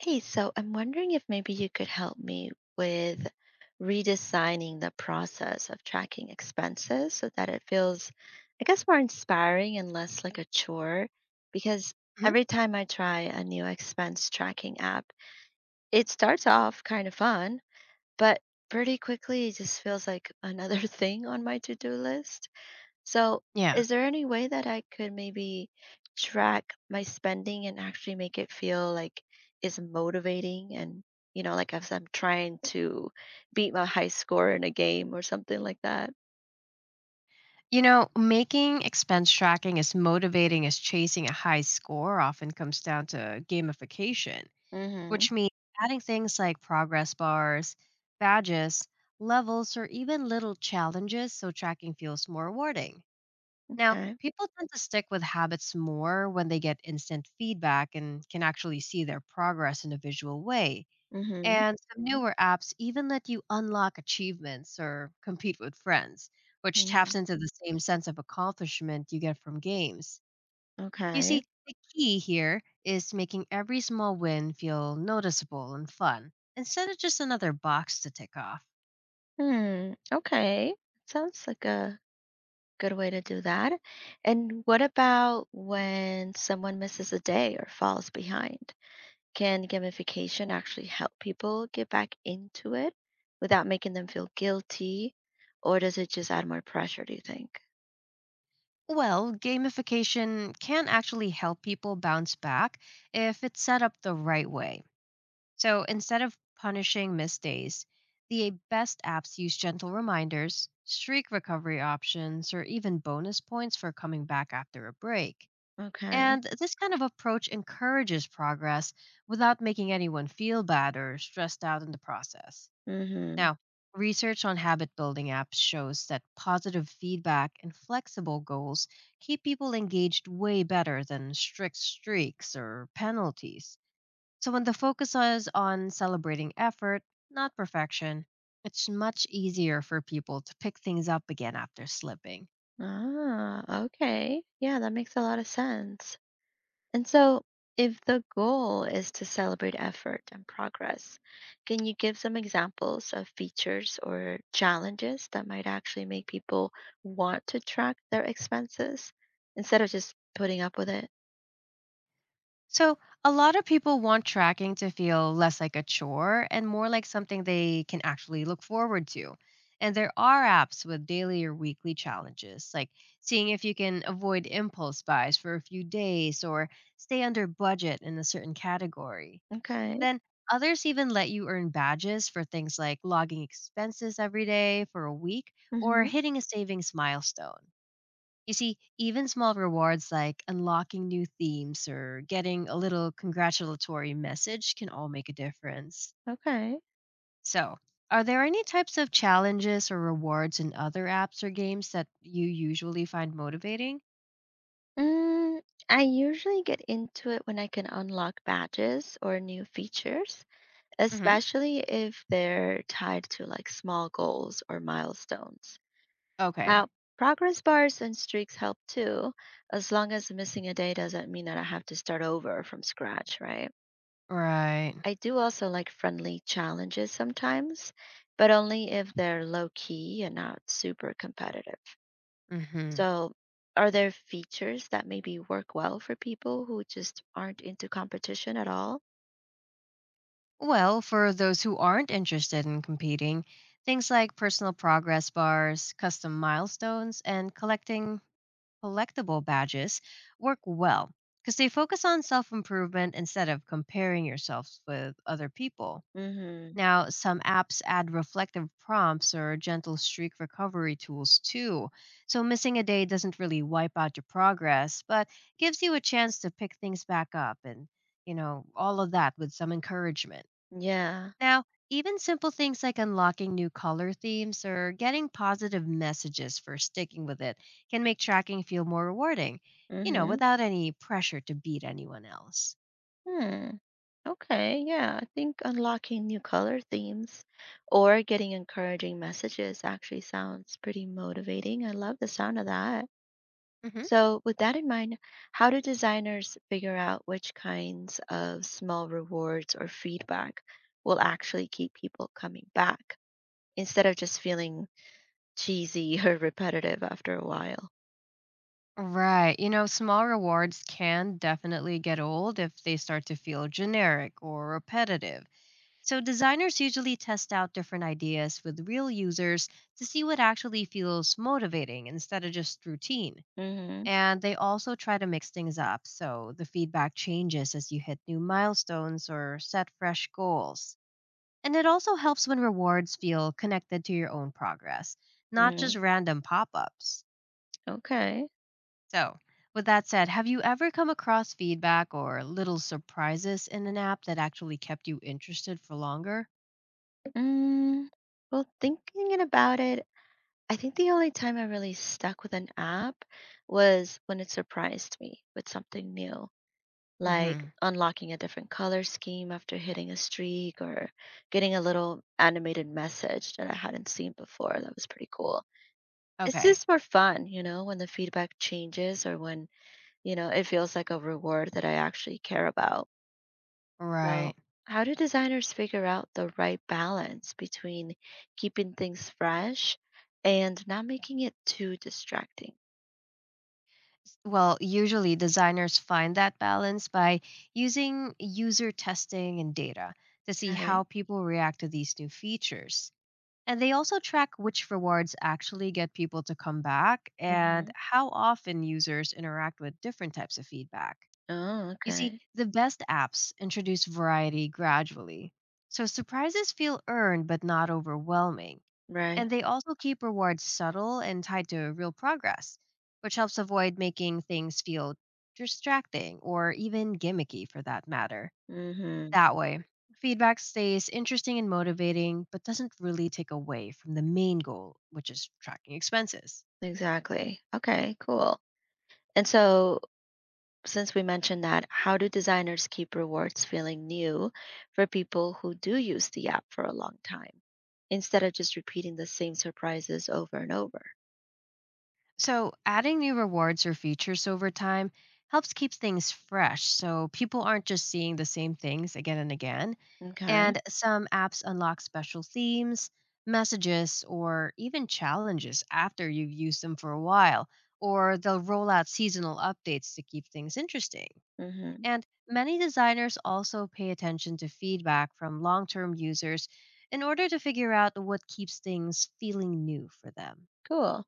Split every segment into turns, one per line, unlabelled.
Hey, so I'm wondering if maybe you could help me with redesigning the process of tracking expenses so that it feels, I guess, more inspiring and less like a chore. Because
Mhm.
every time I try a new expense tracking app, it starts off kind of fun, but pretty quickly it just feels like another thing on my to-do list. So,
Yeah.
is there any way that I could maybe track my spending and actually make it feel like it's motivating and, you know, like if I'm trying to beat my high score in a game or something like that?
You know, making expense tracking as motivating as chasing a high score often comes down to gamification,
Mm-hmm.
which means adding things like progress bars, badges, levels, or even little challenges so tracking feels more rewarding. Now,
Okay.
people tend to stick with habits more when they get instant feedback and can actually see their progress in a visual way.
Mm-hmm.
And some newer apps even let you unlock achievements or compete with friends, which
Hmm.
taps into the same sense of accomplishment you get from games. You
Okay.
see, the key here is making every small win feel noticeable and fun, instead of just another box to tick off.
Hmm. Okay. Sounds like a good way to do that. And what about when someone misses a day or falls behind? Can gamification actually help people get back into it without making them feel guilty, or does it just add more pressure, do you think?
Well, gamification can actually help people bounce back if it's set up the right way. So instead of punishing missed days, the best apps use gentle reminders, streak recovery options, or even bonus points for coming back after a break.
Okay.
And this kind of approach encourages progress without making anyone feel bad or stressed out in the process.
Mhm.
Now, research on habit building apps shows that positive feedback and flexible goals keep people engaged way better than strict streaks or penalties. So when the focus is on celebrating effort, not perfection, it's much easier for people to pick things up again after slipping.
Ah, okay. Yeah, that makes a lot of sense. And so, if the goal is to celebrate effort and progress, can you give some examples of features or challenges that might actually make people want to track their expenses instead of just putting up with it?
So a lot of people want tracking to feel less like a chore and more like something they can actually look forward to. And there are apps with daily or weekly challenges, like seeing if you can avoid impulse buys for a few days or stay under budget in a certain category.
Okay.
Then others even let you earn badges for things like logging expenses every day for a week or hitting a savings milestone. You see, even small rewards like unlocking new themes or getting a little congratulatory message can all make a difference.
Okay.
So, are there any types of challenges or rewards in other apps or games that you usually find motivating?
Mm, I usually get into it when I can unlock badges or new features,
Hmm.
especially if they're tied to like small goals or milestones.
Okay.
Now, progress bars and streaks help too, as long as missing a day doesn't mean that I have to start over from scratch, right?
Right.
I do also like friendly challenges sometimes, but only if they're low key and not super competitive.
Hmm.
So, are there features that maybe work well for people who just aren't into competition at all?
Well, for those who aren't interested in competing, things like personal progress bars, custom milestones, and collecting collectible badges work well because they focus on self improvement instead of comparing yourselves with other people.
Mm-hmm.
Now, some apps add reflective prompts or gentle streak recovery tools too. So, missing a day doesn't really wipe out your progress, but gives you a chance to pick things back up and, all of that with some encouragement.
Yeah.
Now, even simple things like unlocking new color themes or getting positive messages for sticking with it can make tracking feel more rewarding,
Mm-hmm.
without any pressure to beat anyone else.
Hmm. Okay. Yeah. I think unlocking new color themes or getting encouraging messages actually sounds pretty motivating. I love the sound of that.
Hmm.
So, with that in mind, how do designers figure out which kinds of small rewards or feedback will actually keep people coming back instead of just feeling cheesy or repetitive after a while.
Right. You know, small rewards can definitely get old if they start to feel generic or repetitive. So, designers usually test out different ideas with real users to see what actually feels motivating instead of just routine.
Mhm,
And they also try to mix things up so the feedback changes as you hit new milestones or set fresh goals. And it also helps when rewards feel connected to your own progress, not just
mhm.
random pop ups.
Okay.
So, with that said, have you ever come across feedback or little surprises in an app that actually kept you interested for longer?
Mm, well, thinking about it, I think the only time I really stuck with an app was when it surprised me with something new, like
Hmm.
unlocking a different color scheme after hitting a streak or getting a little animated message that I hadn't seen before. That was pretty cool. It's
Okay,
just more fun, you know, when the feedback changes or when, you know, it feels like a reward that I actually care about. So,
right.
how do designers figure out the right balance between keeping things fresh and not making it too distracting?
Well, usually designers find that balance by using user testing and data to see
Okay.
how people react to these new features. And they also track which rewards actually get people to come back and
Hmm.
how often users interact with different types of feedback.
Oh,
You see,
okay.
the best apps introduce variety gradually. So surprises feel earned but not overwhelming. And
Right.
they also keep rewards subtle and tied to real progress, which helps avoid making things feel distracting or even gimmicky for that matter.
Hmm.
That way, feedback stays interesting and motivating, but doesn't really take away from the main goal, which is tracking expenses.
Exactly. Okay, cool. And so, since we mentioned that, how do designers keep rewards feeling new for people who do use the app for a long time instead of just repeating the same surprises over and over?
So, adding new rewards or features over time helps keep things fresh so people aren't just seeing the same things again and again.
Okay.
And some apps unlock special themes, messages, or even challenges after you've used them for a while, or they'll roll out seasonal updates to keep things interesting.
Hmm.
And many designers also pay attention to feedback from long term users in order to figure out what keeps things feeling new for them.
Cool.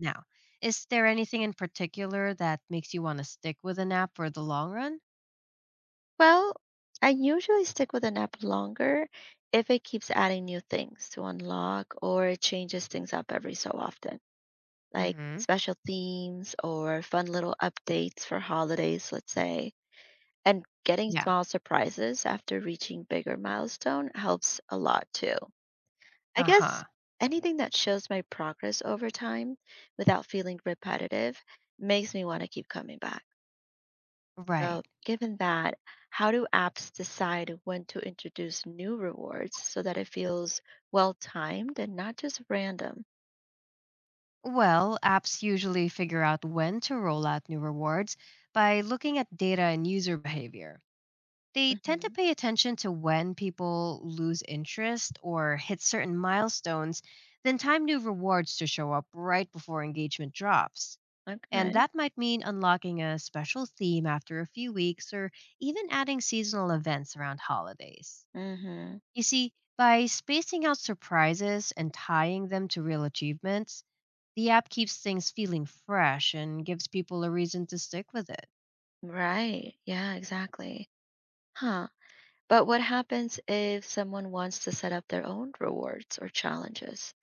Now, is there anything in particular that makes you want to stick with an app for the long run?
Well, I usually stick with an app longer if it keeps adding new things to unlock or it changes things up every so often, like
Hmm.
special themes or fun little updates for holidays, let's say. And getting
Yeah.
small surprises after reaching bigger milestone helps a lot too. I
Uh
guess
huh.
anything that shows my progress over time without feeling repetitive makes me want to keep coming back.
Right.
So, given that, how do apps decide when to introduce new rewards so that it feels well timed and not just random?
Well, apps usually figure out when to roll out new rewards by looking at data and user behavior. They tend to
Hmm.
pay attention to when people lose interest or hit certain milestones, then time new rewards to show up right before engagement drops. And
Okay.
that might mean unlocking a special theme after a few weeks or even adding seasonal events around holidays.
Hmm.
You see, by spacing out surprises and tying them to real achievements, the app keeps things feeling fresh and gives people a reason to stick with it.
Right. Yeah, exactly. Huh. But what happens if someone wants to set up their own rewards or challenges?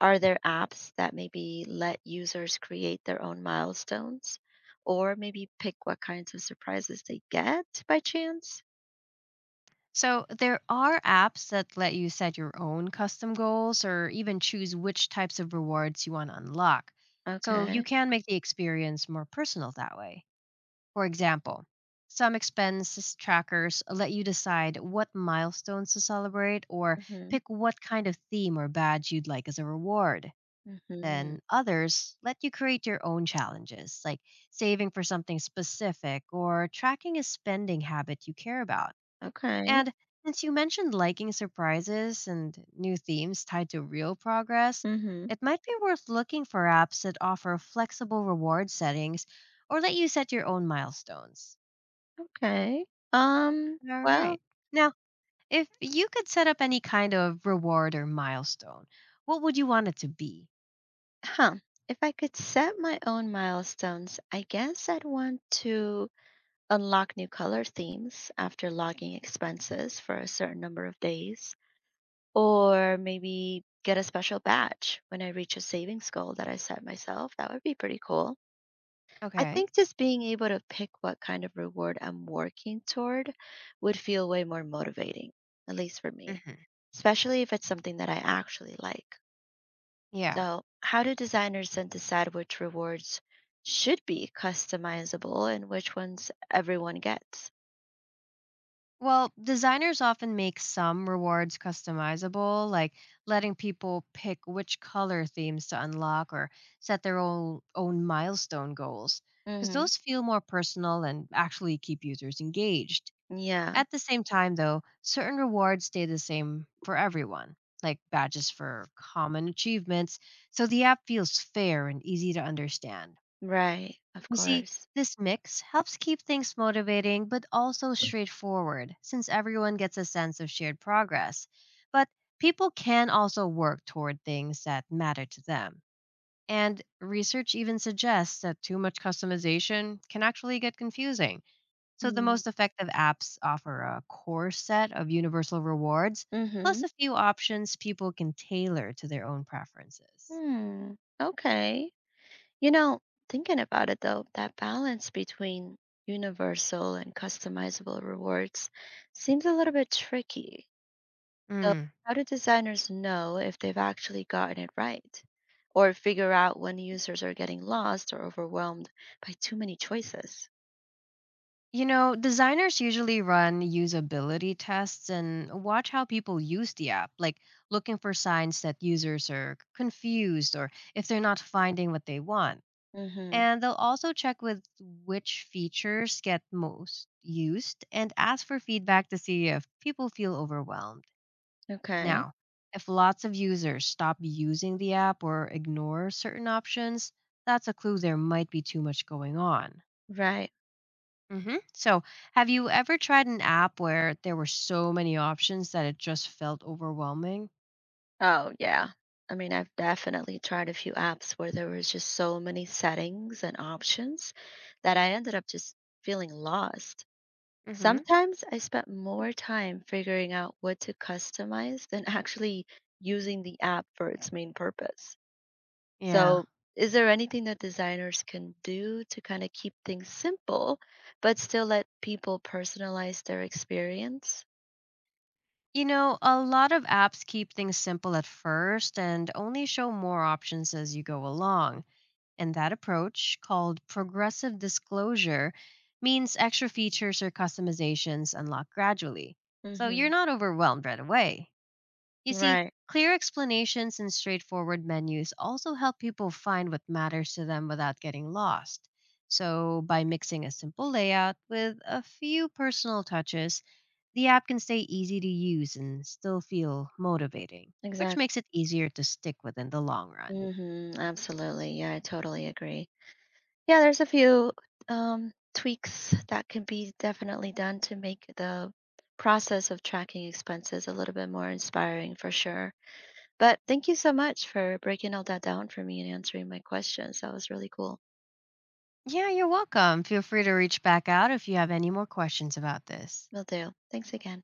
Are there apps that maybe let users create their own milestones or maybe pick what kinds of surprises they get by chance?
So, there are apps that let you set your own custom goals or even choose which types of rewards you want to unlock. So, you
Okay.
can make the experience more personal that way. For example, some expenses trackers let you decide what milestones to celebrate or
Mm-hmm.
pick what kind of theme or badge you'd like as a reward.
Mm-hmm.
Then others let you create your own challenges, like saving for something specific or tracking a spending habit you care about.
Okay.
And since you mentioned liking surprises and new themes tied to real progress,
Mhm.
it might be worth looking for apps that offer flexible reward settings or let you set your own milestones.
Okay.
All
Well,
right. Now, if you could set up any kind of reward or milestone, what would you want it to be?
huh. If I could set my own milestones, I guess I'd want to unlock new color themes after logging expenses for a certain number of days, or maybe get a special badge when I reach a savings goal that I set myself. That would be pretty cool. I
Okay.
think just being able to pick what kind of reward I'm working toward would feel way more motivating, at least for me,
Hmm.
especially if it's something that I actually like.
Yeah.
So, how do designers then decide which rewards should be customizable and which ones everyone gets?
Well, designers often make some rewards customizable, like letting people pick which color themes to unlock or set their own milestone goals, because
Hmm.
those feel more personal and actually keep users engaged.
Yeah,
At the same time, though, certain rewards stay the same for everyone, like badges for common achievements, so the app feels fair and easy to understand.
right, of
You see,
course.
this mix helps keep things motivating but also straightforward, since everyone gets a sense of shared progress. But people can also work toward things that matter to them. And research even suggests that too much customization can actually get confusing. So the
Mm-hmm.
most effective apps offer a core set of universal rewards,
Mm-hmm.
plus a few options people can tailor to their own preferences.
Hmm. Okay. You know, thinking about it though, that balance between universal and customizable rewards seems a little bit tricky. So,
Mm,
how do designers know if they've actually gotten it right? Or figure out when users are getting lost or overwhelmed by too many choices?
You know, designers usually run usability tests and watch how people use the app, like looking for signs that users are confused or if they're not finding what they want.
Mm-hmm.
And they'll also check with which features get most used and ask for feedback to see if people feel overwhelmed.
Okay.
Now, if lots of users stop using the app or ignore certain options, that's a clue there might be too much going on.
Right.
Hmm. So, have you ever tried an app where there were so many options that it just felt overwhelming?
Oh, yeah. I mean, I've definitely tried a few apps where there was just so many settings and options that I ended up just feeling lost.
Hmm.
Sometimes I spent more time figuring out what to customize than actually using the app for its main purpose.
Yeah.
So, is there anything that designers can do to kind of keep things simple, but still let people personalize their experience?
You know, a lot of apps keep things simple at first and only show more options as you go along. And that approach, called progressive disclosure, means extra features or customizations unlock gradually. So
Hmm.
you're not overwhelmed right away. You see,
Right.
clear explanations and straightforward menus also help people find what matters to them without getting lost. So, by mixing a simple layout with a few personal touches, the app can stay easy to use and still feel motivating, which
Exactly.
makes it easier to stick with in the long run.
Hmm. Absolutely. Yeah, I totally agree. Yeah, there's a few tweaks that can be definitely done to make the process of tracking expenses a little bit more inspiring for sure. But thank you so much for breaking all that down for me and answering my questions. That was really cool.
Yeah, you're welcome. Feel free to reach back out if you have any more questions about this.
Will do. Thanks again.